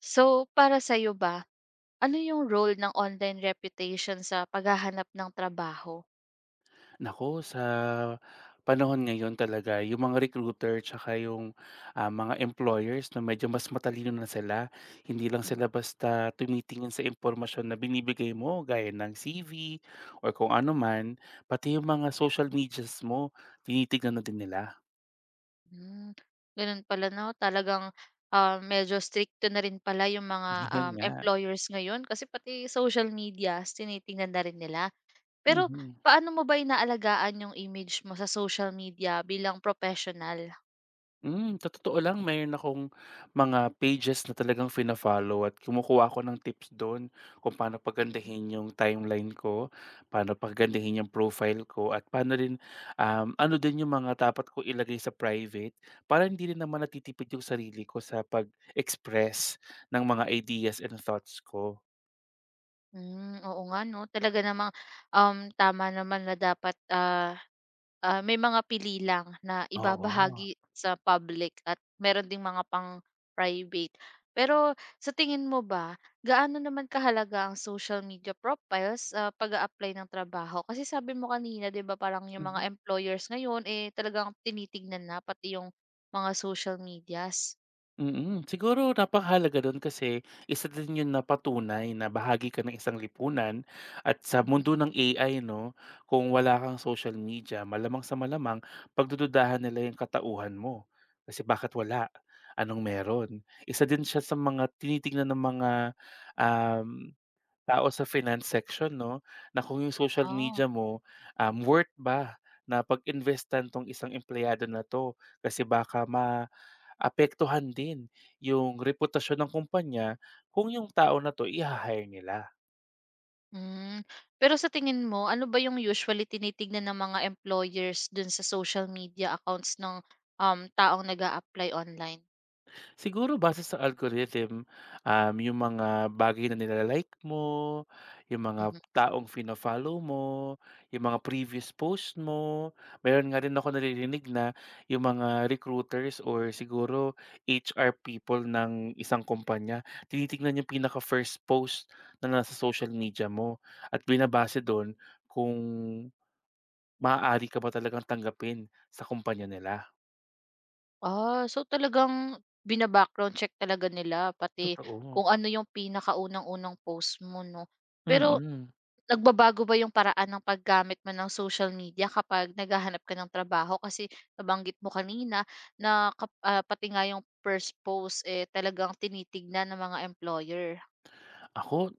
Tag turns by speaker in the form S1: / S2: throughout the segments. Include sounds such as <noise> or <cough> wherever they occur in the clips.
S1: So, para sa iyo ba, ano yung role ng online reputation sa paghahanap ng trabaho?
S2: Naku, sa panahon ngayon talaga yung mga recruiter tsaka yung, mga employers na medyo mas matalino na sila. Hindi lang sila basta tumitingin sa impormasyon na binibigay mo gaya ng CV or kung ano man, pati yung mga social medias mo tinitignan na din nila.
S1: Mm, Ganun pala 'no, talagang, medyo strikto na rin pala yung mga,
S2: <laughs> Yun nga,
S1: employers ngayon kasi pati social media is tinitingnan na rin nila. Pero
S2: mhm.
S1: paano mo ba inaalagaan yung image mo sa social media bilang professional?
S2: Sa totoo lang meron akong mga pages na talagang fina-follow at kumukuha ako ng tips dun kung paano
S1: Mm.
S2: pagandahin yung timeline ko, paano pagandahin yung profile ko at paano rin, ano din yung mga dapat ko ilagay sa private para hindi rin naman natitipid yung sarili ko sa pag-express ng mga ideas and thoughts ko.
S1: Hmm, oo nga 'no, talaga namang, tama naman na dapat, may mga pili lang na
S2: Oo.
S1: ibabahagi sa public at meron ding mga pang-private. Pero sa tingin mo ba, gaano naman kahalaga ang social media profiles sa pag-a-apply ng trabaho? Kasi sabi mo kanina 'di ba parang yung mga
S2: Mhm.
S1: employers ngayon, eh, talagang tinitignan na pati yung mga social medias.
S2: Siguro napakahalaga dun kasi isa din yun na patunay na bahagi ka ng isang lipunan at sa
S1: Mhm.
S2: mundo ng AI 'no, kung wala kang social media malamang sa malamang pagdududahan nila yung katauhan mo. Kasi bakit wala, anong meron? Isa din siya sa mga tinitignan ng mga, um tao sa finance section 'no, na kung yung social
S1: Ah.
S2: media mo, worth ba na pag-investan 'tong isang empleyado na 'to kasi baka maapektuhan din yung reputasyon ng kumpanya kung yung tao na 'to iha-hire nila.
S1: Hmm, pero sa tingin mo ano ba yung usually tinitignan ng mga employers dun sa social media accounts ng, taong nag apply online?
S2: Siguro base sa algorithm, yung mga bagay na nilalike mo, yung mga
S1: Mhm.
S2: taong fino-follow mo, yung mga previous post mo. Meron nga rin ako naririnig na yung mga recruiters or siguro HR people ng isang kumpanya, tinitignan yung pinaka-first post na nasa social media mo at binabase doon kung maaari ka ba talagang tanggapin sa kumpanya nila.
S1: Ah, so talagang bina-background check talaga nila pati
S2: Totoo.
S1: kung ano yung pinakaunang-unang post mo 'no. Pero
S2: Mm.
S1: nagbabago ba yung paraan ng paggamit mo ng social media kapag naghahanap ka ng trabaho? Kasi nabanggit mo kanina na kap pati nga yung first post, eh, talagang tinitignan ng mga employer.
S2: Ako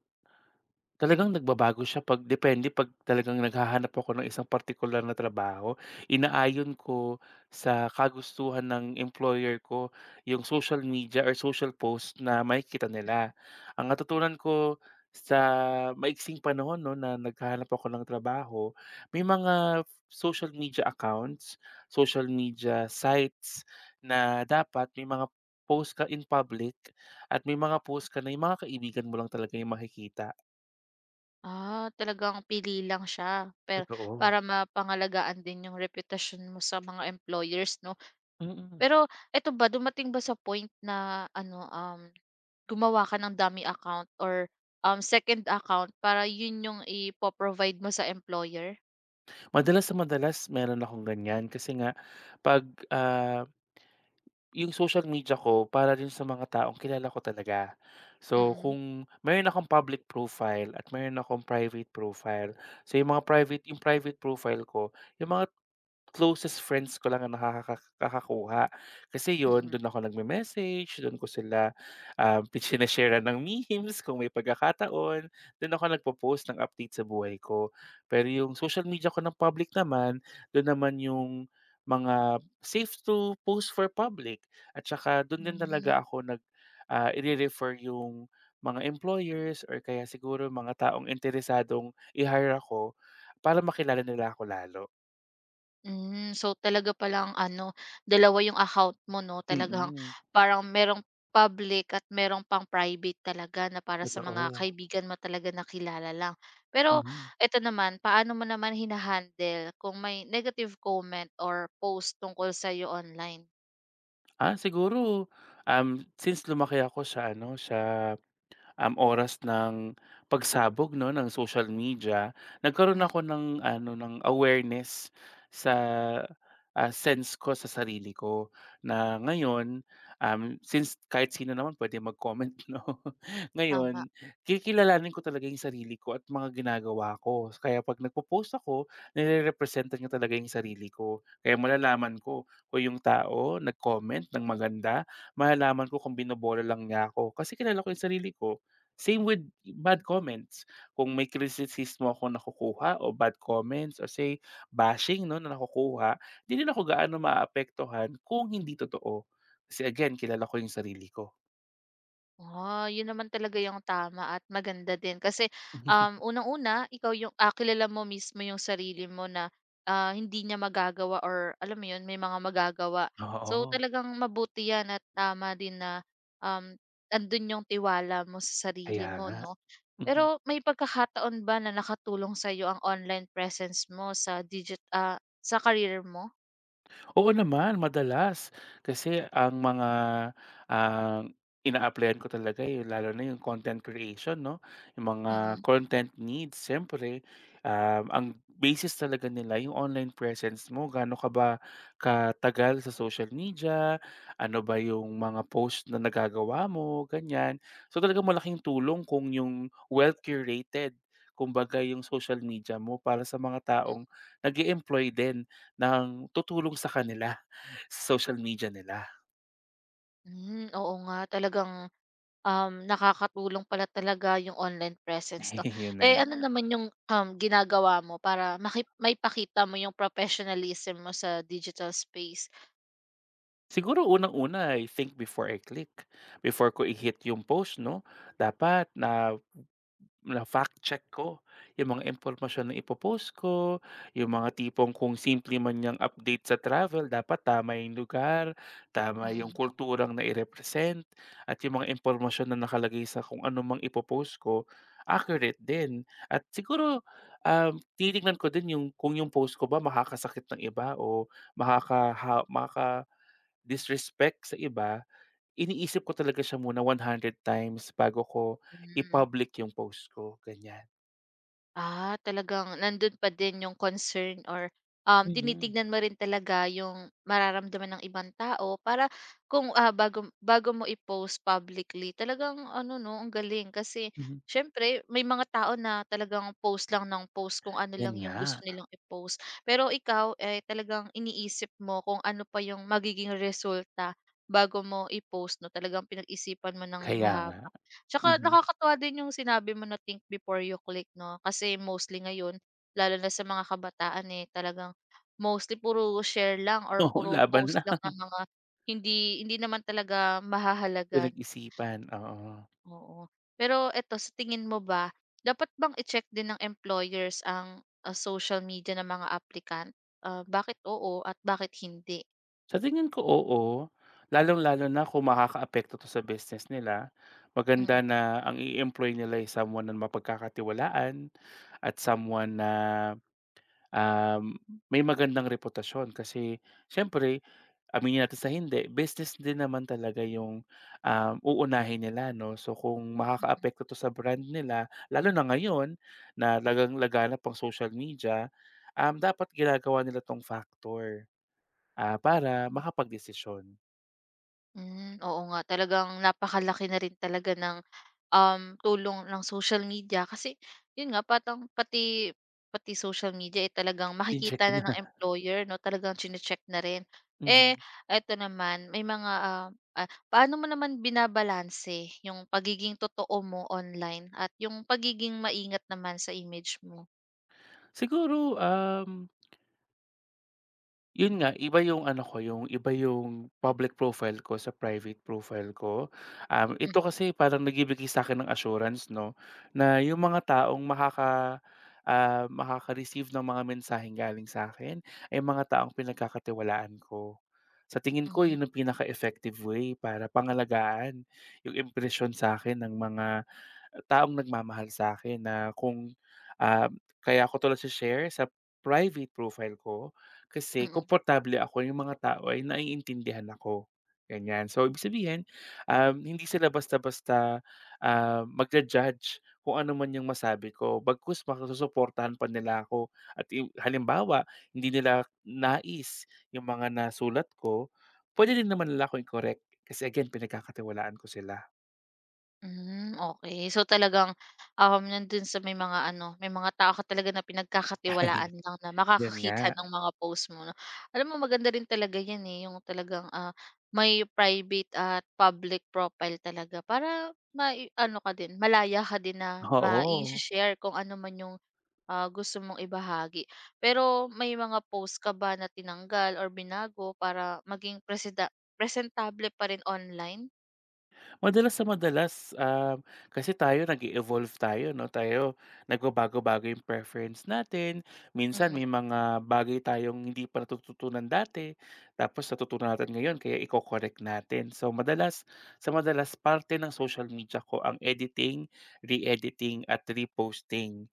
S2: Talagang nagbabago siya 'pag depende 'pag talagang naghahanap ako ng isang partikular na trabaho, inaayon ko sa kagustuhan ng employer ko yung social media or social post na makikita nila. Ang natutunan ko sa maiksing panahon 'no, na naghahanap ako ng trabaho, may mga social media accounts, social media sites na dapat may mga post ka in public at may mga post ka na yung mga kaibigan mo lang talaga yung makikita.
S1: Ah, talagang pili lang siya pero
S2: Totoo,
S1: para mapangalagaan din yung reputasyon mo sa mga employers 'no.
S2: mm.
S1: Pero eto ba, dumating ba sa point na ano, gumawa ka ng dummy account or, second account para yun yung ipo-provide mo sa employer?
S2: Madalas na madalas meron akong ganyan kasi nga 'pag, ah, yung social media ko para rin sa mga taong kilala ko talaga. So,
S1: Mm,
S2: kung meron akong public profile at meron akong private profile. So, yung private profile ko, yung mga closest friends ko lang ang Kasi yun,
S1: mm,
S2: dun ako nagme-message, dun ko sila, <laughs> sine-share-an ng memes kung may pagkakataon, dun ako nagpo-post ng update sa buhay ko. Pero yung social media ko ng public naman, dun naman yung mga safe to post for public at saka dun din
S1: hmm.
S2: talaga ako ire-refer yung mga employers or kaya siguro mga taong interesadong i-hire ako para makilala nila ako lalo.
S1: Hmm, so talaga palang ano, dalawa yung account mo 'no,
S2: Mm.
S1: talagang
S2: Mm.
S1: parang merong public at merong pang private talaga na para sa mga
S2: Totoo,
S1: kaibigan mo talaga na kilala lang. Pero
S2: mhm.
S1: eto naman, paano mo naman hina kung may negative comment or post tungkol sa sa'yo online?
S2: Siguro, um, since lumaki ako sa ano, sa oras ng pagsabog 'no, ng social media, nagkaroon
S1: Mm,
S2: ako ng ano, ng awareness sa, sense ko sa sarili ko na ngayon, since kahit sino naman pwede mag-comment <laughs> 'no.
S1: tama.
S2: Ngayon, kikilalanin ko talaga yung sarili ko at mga ginagawa ko. Kaya 'pag nagpo-post ako, nirerepresenta niya talaga yung sarili ko. Kaya malalaman ko kung yung tao nag-comment ng maganda, malalaman ko kung binobola lang niya ako kasi kilala ko yung sarili ko. Same with bad comments. Kung may kritisismo akong nakukuha o bad comments or say bashing 'no, na nakukuha, hindi rin ako gaano maaapektuhan kung hindi totoo. Kasi again, kilala ko yung sarili ko.
S1: Ah, yun naman talaga yung tama at maganda din kasi,
S2: <laughs>
S1: unang-una ikaw yung kilala mo mismo yung sarili mo na, hindi niya magagawa or alam mo yun, may mga magagawa. So,
S2: Oo,
S1: talagang mabuti yan at tama din na, um, andun yung tiwala mo sa
S2: kaya
S1: sarili mo
S2: nga.
S1: 'no.
S2: Mhm.
S1: Pero may pagkakataon ba na nakatulong sa sa'yo ang online presence mo sa digit sa career mo?
S2: Oo naman, madalas. Kasi ang mga, ah, ina-applyan ko talaga, yung lalo na yung content creation 'no, yung mga
S1: Mm,
S2: content needs siyempre, ang basis talaga nila yung online presence mo, gaano ka ba katagal sa social media, ano ba yung mga post na nagagawa mo, ganyan. So, talaga malaking tulong kung yung well-curated kumbaga yung social media mo para sa mga
S1: mm.
S2: taong nag-e-employ din ng tutulong sa kanila, sa social media nila.
S1: Hmm, oo nga talagang nakakatulong pala talaga yung online presence to
S2: <laughs> Yun na
S1: Eh,
S2: nga.
S1: ano naman yung, ginagawa mo para maki may pakita mo yung professionalism mo sa digital space?
S2: Siguro unang-una I think before I click, before ko i-hit yung post 'no, dapat na Na fact check ko yung mga impormasyon na ipo ko, yung mga tipong kung simple man yung update sa travel dapat tama yung lugar, tama yung
S1: Mm,
S2: kulturang nairepresent at yung mga impormasyon na nakalagay sa kung ano mang ipo ko, accurate din. At siguro, tinitignan ko din yung kung yung post ko ba makakasakit ng iba o makakaha makaka-disrespect sa iba. Iniisip ko talaga siya muna 100 times bago ko
S1: hmm.
S2: i-public yung post ko, ganyan.
S1: Ah, talagang nandun pa din yung concern or
S2: Mhm,
S1: tinitignan mo rin talaga yung mararamdaman ng ibang tao para kung bago, bago mo i-post publicly, talagang ano no, ang galing kasi
S2: mhm.
S1: syempre may mga tao na talagang post lang ng post kung ano
S2: 'Yan
S1: lang yung gusto
S2: nga,
S1: nilang i-post. Pero ikaw eh talagang iniisip mo kung ano pa yung magiging resulta bago mo i-post no. Talagang pinag-isipan mo ng
S2: kaya nga,
S1: mahaba. Tsaka
S2: mhm.
S1: nakakatuwa din yung sinabi mo na think before you click 'no, kasi mostly ngayon lalo na sa mga kabataan, eh, talagang mostly puro share lang or
S2: <laughs> Oo,
S1: puro
S2: laban
S1: post
S2: na,
S1: lang
S2: <laughs>
S1: ng mga hindi hindi naman talaga mahahalagan,
S2: pinag-isipan, oo.
S1: oo. Pero eto, sa tingin mo ba dapat bang i-check din ng employers ang, ah, social media ng mga applicant Ah, bakit oo at bakit hindi?
S2: Sa tingin ko, oo, lalong-lalo na kung makakaapekto 'to sa business nila.
S1: Mm.
S2: Maganda na ang i-employ nila is someone na mapagkakatiwalaan at someone na, um, may magandang reputasyon kasi siyempre. Aminin natin sa hindi, business din naman talaga yung, uunahin nila 'no. So kung makakaapekto 'to sa brand nila, lalo na ngayon na lagang laganap ang social media, dapat ginagawa nila 'tong factor, para makapagdesisyon.
S1: Hmm, oo nga talagang napakalaki na rin talaga ng, tulong ng social media kasi yun nga patang pati pati social media, eh, talagang
S2: Tincheck
S1: makikita na ng
S2: na.
S1: employer 'no, talagang chine-check na rin. Eh,
S2: Mhm.
S1: eto naman may mga, paano mo naman binabalanse yung pagiging totoo mo online at yung pagiging maingat naman sa image mo?
S2: Siguro, yun nga, iba yung ano ko, yung iba yung public profile ko sa private profile ko. Um,
S1: Hmm,
S2: ito kasi parang nagbibigay sa'kin ng assurance 'no, na yung mga taong makaka-receive ng mga mensaheng galing sa akin ay mga taong pinagkakatiwalaan ko. Sa tingin ko
S1: hmm,
S2: yun ang pinaka-effective way para pangalagaan yung impression sa akin ng mga taong nagmamahal sa akin na kung, ah, kaya ako 'to nashi-share sa private profile ko kasi
S1: mm.
S2: komportable ako yung mga tao ay naiintindihan ako, ganyan. So, ibig sabihin, hindi sila basta-basta, magja-judge kung ano man yung masabi ko bagkus baka pa nila ako at i halimbawa, hindi nila nais yung mga nasulat ko, puwede din naman nila ako i-correct kasi again pinagkakatiwalaan ko sila.
S1: Hmm, okay, so, talagang, nandun sa may mga ano, may mga tao ka talaga na pinagkakatiwalaan
S2: <laughs>
S1: lang na
S2: Yun nga.
S1: makakakita ng mga post mo 'no. Alam mo maganda rin talaga 'yan, eh, yung talagang, may private at public profile talaga para ma ano ka din, malaya ka din na ma she
S2: Oo.
S1: share kung ano man yung, gusto mong ibahagi. Pero may mga post ka ba na tinanggal or binago para maging presida presentable pa rin online?
S2: Madalas sa madalas, kasi tayo nag evolve tayo 'no, tayo nagbabago-bago yung preference natin. Minsan
S1: Mm,
S2: may mga bagay tayong hindi pa natututunan dati, tapos natutunan natin ngayon kaya iko-correct natin. So madalas sa madalas parte ng social media ko ang editing, re-editing at reposting.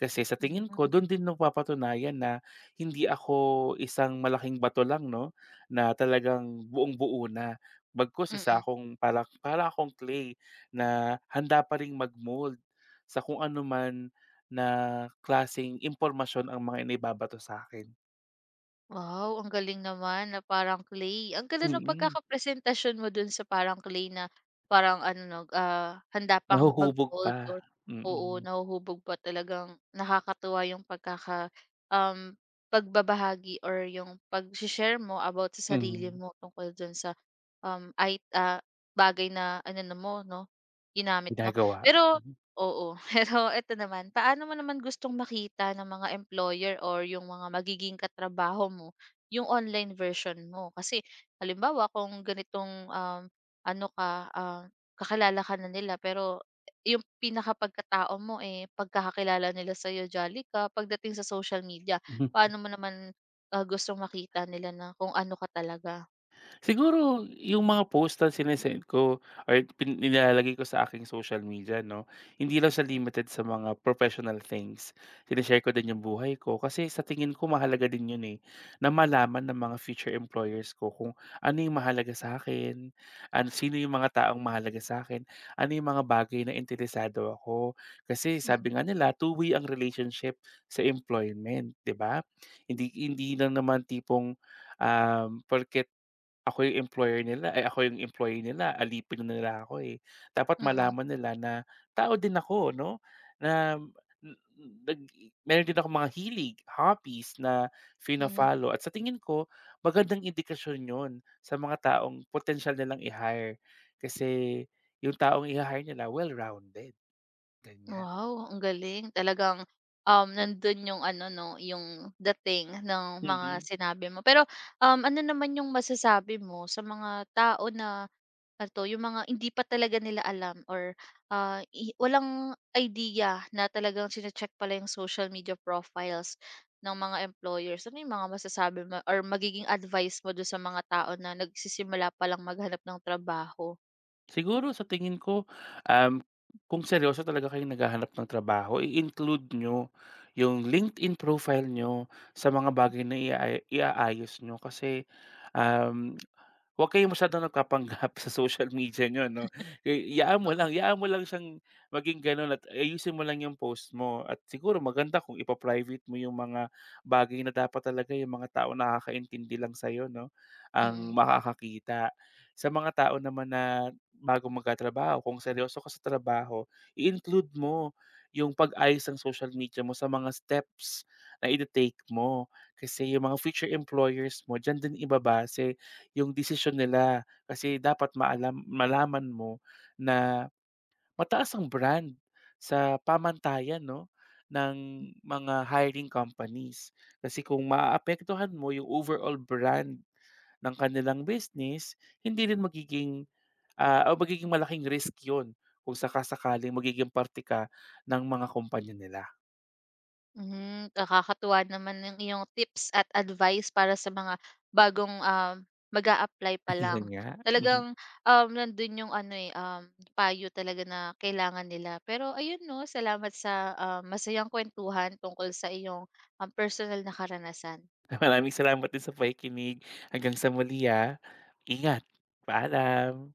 S2: Kasi sa tingin ko
S1: hmm,
S2: dun din napapatunayan na hindi ako isang malaking bato lang 'no, na talagang buong-buo na. Bagkus isa
S1: mm.
S2: akong para para akong clay na handa pa ring mag-mold sa kung anuman na klaseng impormasyon ang mga inibabato sa akin.
S1: Wow, ang galing naman na parang clay. Ang ganda ng
S2: Mm,
S1: pagkakapresentasyon mo dun sa parang clay na parang ano 'no, handa pang
S2: nahuhubog pa.
S1: mag-mold or oo,
S2: Mm,
S1: nahuhubog pa. Talagang nakakatuwa yung pagkaka um, pagbabahagi or yung pagse-share mo about sa sarili
S2: mhm,
S1: mo tungkol dun sa, um, ay ah, bagay na inano mo 'no, ginamit mo.
S2: ginagawa.
S1: Pero
S2: Mhm.
S1: Oo, <laughs> pero eto naman, paano mo naman gustong makita ng mga employer or yung mga magiging katrabaho mo yung online version mo? Kasi halimbawa kung ganitong, ano ka, kakilala ka na nila pero yung pinakapagkatao mo, eh, pagkakakilala nila sa'yo jolly ka, pagdating sa social media paano mo naman, gustong makita nila na kung ano ka talaga?
S2: Siguro yung mga post na sine ko or pin nilalagay ko sa aking social media 'no, hindi lang siya limited sa mga professional things. Shine-share ko din yung buhay ko kasi sa tingin ko mahalaga din yun, eh, na malaman ng mga future employers ko kung ano yung mahalaga sa akin, sino yung mga taong mahalaga sa'kin, ano yung mga bagay na interesado ako. Kasi
S1: Mm,
S2: sabi nga nila two-way ang relationship sa employment, 'di ba? Hindi hindi lang naman tipong, porket ako yung employer nila, ay ako yung employee nila, alipin na nila ako, eh. Dapat
S1: mm, mm.
S2: malaman nila na tao din ako 'no, na m- n- nag meron din ako mga hilig, hobbies na
S1: mm.
S2: fina-follow at sa tingin ko magandang indikasyon 'yun sa mga taong potential nilang i-hire. Kasi yung taong iha-hire nila well-rounded, ganiyan.
S1: Wow, ang galing. Talagang, nandun yung ano 'no, yung dating ng mga
S2: Mhm.
S1: sinabi mo. Pero, ano naman yung masasabi mo sa mga tao na eto, yung mga hindi pa talaga nila alam or, i walang idea na talagang chine-check pala yung social media profiles ng mga employers. Ano yung mga masasabi mo or magiging advice mo do sa mga tao na nagsisimula pa lang maghanap ng trabaho?
S2: Siguro sa tingin ko, um, kung seryoso talaga kayong naghahanap ng trabaho, i-include nyo yung LinkedIn profile nyo sa mga bagay na iaayos nyo, kasi, um Huwag kayong masyadong nagpapanggap <laughs> sa social media niyo 'no. I iyaan mo lang siyang maging gano'n at ayusin mo lang yung post mo at siguro maganda kung ipa-private mo yung mga bagay na dapat talaga yung mga taong nakakaintindi lang sa'yo 'no, ang
S1: Mm.
S2: makakakita. Sa mga tao naman na bago magkatrabaho, kung seryoso ka sa trabaho, i-include mo yung pag-ayos ng social media mo sa mga steps na ite-take mo. Kasi yung mga future employers mo diyan din ibabase yung desisyon nila. Kasi dapat malaman mo na mataas ang brand sa pamantayan 'no, ng mga hiring companies. Kasi kung maaapektuhan mo yung overall brand ng kanilang business, hindi rin magiging, o magiging malaking risk yun kung saka-sakaling magiging parte ka ng mga kumpanya nila.
S1: Mhm, nakakatuwa naman yung iyong tips at advice para sa mga bagong, mag apply pa
S2: <laughs> Ayun
S1: lang.
S2: nga, mhm.
S1: Talagang, nandun yung ano, payo talaga na kailangan nila. Pero ayun 'no, salamat sa, masayang kuwentuhan tungkol sa iyong, personal na karanasan.
S2: Maraming salamat din sa pakikinig. Hanggang sa muli, ah. Ingat. Paalam.